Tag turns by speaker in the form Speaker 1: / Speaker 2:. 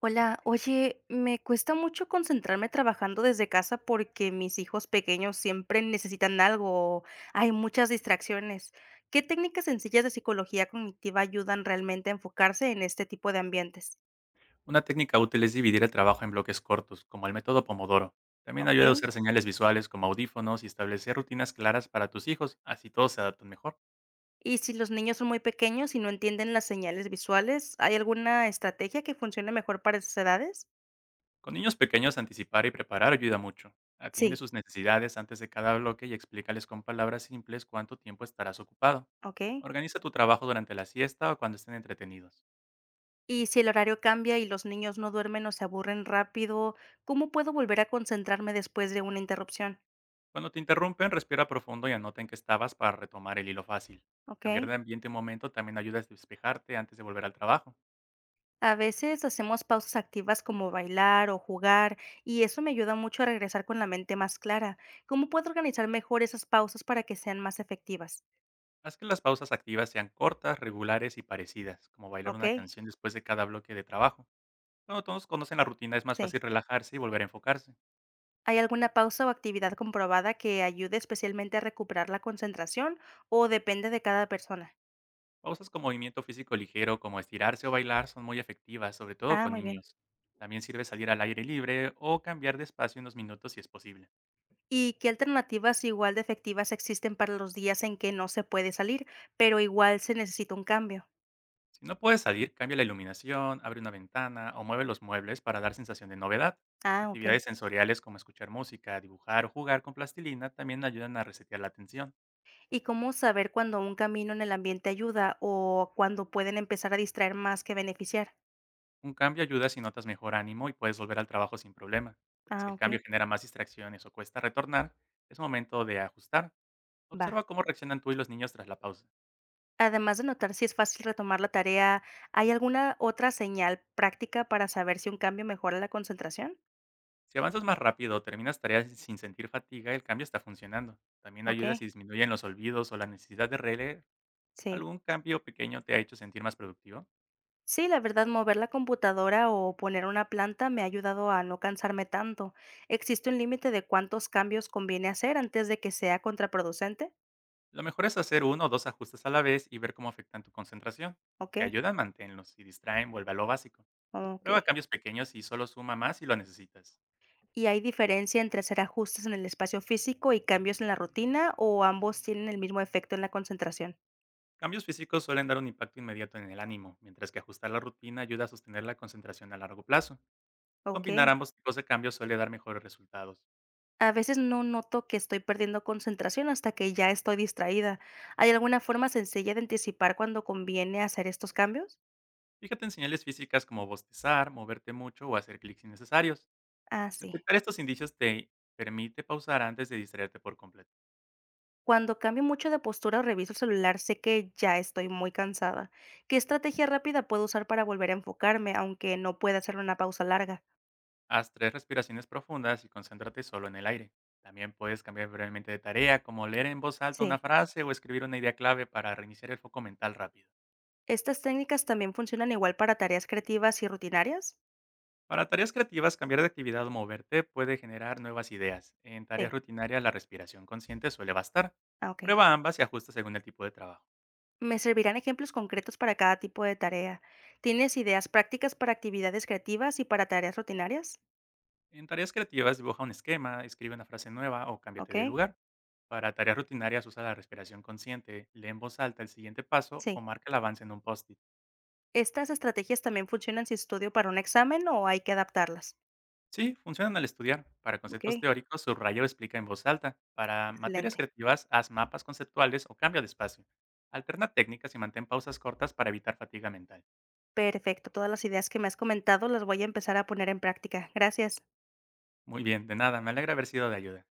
Speaker 1: Hola, oye, me cuesta mucho concentrarme trabajando desde casa porque mis hijos pequeños siempre necesitan algo, hay muchas distracciones. ¿Qué técnicas sencillas de psicología cognitiva ayudan realmente a enfocarse en este tipo de ambientes?
Speaker 2: Una técnica útil es dividir el trabajo en bloques cortos, como el método Pomodoro. También ayuda a
Speaker 1: ¿Ok?
Speaker 2: usar señales visuales como audífonos y establecer rutinas claras para tus hijos, así todos se adaptan mejor.
Speaker 1: Y si los niños son muy pequeños y no entienden las señales visuales, ¿hay alguna estrategia que funcione mejor para esas edades?
Speaker 2: Con niños pequeños, anticipar y preparar ayuda mucho. Atiende
Speaker 1: Sí,
Speaker 2: sus necesidades antes de cada bloque y explícales con palabras simples cuánto tiempo estarás ocupado.
Speaker 1: ok.
Speaker 2: Organiza tu trabajo durante la siesta o cuando estén entretenidos.
Speaker 1: Y si el horario cambia y los niños no duermen o se aburren rápido, ¿cómo puedo volver a concentrarme después de una interrupción?
Speaker 2: Cuando te interrumpen, respira profundo y anota en qué estabas para retomar el hilo fácil.
Speaker 1: Ok.
Speaker 2: Cambiar de ambiente un momento también ayuda a despejarte antes de volver al trabajo.
Speaker 1: A veces hacemos pausas activas como bailar o jugar y eso me ayuda mucho a regresar con la mente más clara. ¿Cómo puedo organizar mejor esas pausas para que sean más efectivas?
Speaker 2: Haz que las pausas activas sean cortas, regulares y parecidas, como bailar una
Speaker 1: Ok.
Speaker 2: canción después de cada bloque de trabajo. Cuando todos conocen la rutina es más
Speaker 1: Sí.
Speaker 2: fácil relajarse y volver a enfocarse.
Speaker 1: ¿Hay alguna pausa o actividad comprobada que ayude especialmente a recuperar la concentración o depende de cada persona?
Speaker 2: Pausas con movimiento físico ligero como estirarse o bailar son muy efectivas, sobre todo
Speaker 1: Ah,
Speaker 2: con
Speaker 1: muy bien.
Speaker 2: niños. También sirve salir al aire libre o cambiar de espacio unos minutos si es posible.
Speaker 1: ¿Y qué alternativas igual de efectivas existen para los días en que no se puede salir, pero igual se necesita un cambio?
Speaker 2: Si no puedes salir, cambia la iluminación, abre una ventana o mueve los muebles para dar sensación de novedad.
Speaker 1: Ah, ok.
Speaker 2: Actividades sensoriales como escuchar música, dibujar o jugar con plastilina también ayudan a resetear la atención.
Speaker 1: ¿Y cómo saber cuando un camino en el ambiente ayuda o cuando pueden empezar a distraer más que beneficiar?
Speaker 2: Un cambio ayuda si notas mejor ánimo y puedes volver al trabajo sin problema. Si
Speaker 1: Ah,
Speaker 2: el
Speaker 1: ok,
Speaker 2: cambio genera más distracciones o cuesta retornar, es momento de ajustar.
Speaker 1: va.
Speaker 2: Observa cómo reaccionan tú y los niños tras la pausa.
Speaker 1: Además de notar si es fácil retomar la tarea, ¿hay alguna otra señal práctica para saber si un cambio mejora la concentración?
Speaker 2: Si avanzas más rápido o terminas tareas sin sentir fatiga, el cambio está funcionando. También
Speaker 1: Ok,
Speaker 2: ayuda si disminuyen los olvidos o la necesidad de releer.
Speaker 1: sí.
Speaker 2: ¿Algún cambio pequeño te ha hecho sentir más productivo?
Speaker 1: Sí, la verdad, mover la computadora o poner una planta me ha ayudado a no cansarme tanto. ¿Existe un límite de cuántos cambios conviene hacer antes de que sea contraproducente?
Speaker 2: Lo mejor es hacer uno o dos ajustes a la vez y ver cómo afectan tu concentración.
Speaker 1: Ok,
Speaker 2: Si ayudan, manténlos. Si distraen, vuelve a lo básico.
Speaker 1: ok.
Speaker 2: Prueba cambios pequeños y solo suma más si lo necesitas.
Speaker 1: ¿Y hay diferencia entre hacer ajustes en el espacio físico y cambios en la rutina o ambos tienen el mismo efecto en la concentración?
Speaker 2: Cambios físicos suelen dar un impacto inmediato en el ánimo, mientras que ajustar la rutina ayuda a sostener la concentración a largo plazo.
Speaker 1: Ok.
Speaker 2: Combinar ambos tipos de cambios suele dar mejores resultados.
Speaker 1: A veces no noto que estoy perdiendo concentración hasta que ya estoy distraída. ¿Hay alguna forma sencilla de anticipar cuando conviene hacer estos cambios?
Speaker 2: Fíjate en señales físicas como bostezar, moverte mucho o hacer clics innecesarios.
Speaker 1: Ah, sí.
Speaker 2: Detectar estos indicios te permite pausar antes de distraerte por completo.
Speaker 1: Cuando cambio mucho de postura o reviso el celular, sé que ya estoy muy cansada. ¿Qué estrategia rápida puedo usar para volver a enfocarme, aunque no pueda hacer una pausa larga?
Speaker 2: Haz tres respiraciones profundas y concéntrate solo en el aire. También puedes cambiar brevemente de tarea, como leer en voz alta una
Speaker 1: Sí.
Speaker 2: frase o escribir una idea clave para reiniciar el foco mental rápido.
Speaker 1: ¿Estas técnicas también funcionan igual para tareas creativas y rutinarias?
Speaker 2: Para tareas creativas, cambiar de actividad o moverte puede generar nuevas ideas. En tareas
Speaker 1: Sí,
Speaker 2: rutinarias, la respiración consciente suele bastar.
Speaker 1: ah, okey.
Speaker 2: Prueba ambas y ajusta según el tipo de trabajo.
Speaker 1: Me servirán ejemplos concretos para cada tipo de tarea. ¿Tienes ideas prácticas para actividades creativas y para tareas rutinarias?
Speaker 2: En tareas creativas, dibuja un esquema, escribe una frase nueva o cámbiate de
Speaker 1: Okey,
Speaker 2: lugar. Para tareas rutinarias, usa la respiración consciente, lee en voz alta el siguiente paso o
Speaker 1: sí.
Speaker 2: marca el avance en un post-it.
Speaker 1: ¿Estas estrategias también funcionan si estudio para un examen o hay que adaptarlas?
Speaker 2: Sí, funcionan al estudiar. Para conceptos
Speaker 1: Okey,
Speaker 2: teóricos, subraya o explica en voz alta. Para materias
Speaker 1: excelente.
Speaker 2: creativas, haz mapas conceptuales o cambia de espacio. Alterna técnicas y mantén pausas cortas para evitar fatiga mental.
Speaker 1: Perfecto, todas las ideas que me has comentado las voy a empezar a poner en práctica. Gracias.
Speaker 2: Muy bien, de nada, me alegra haber sido de ayuda.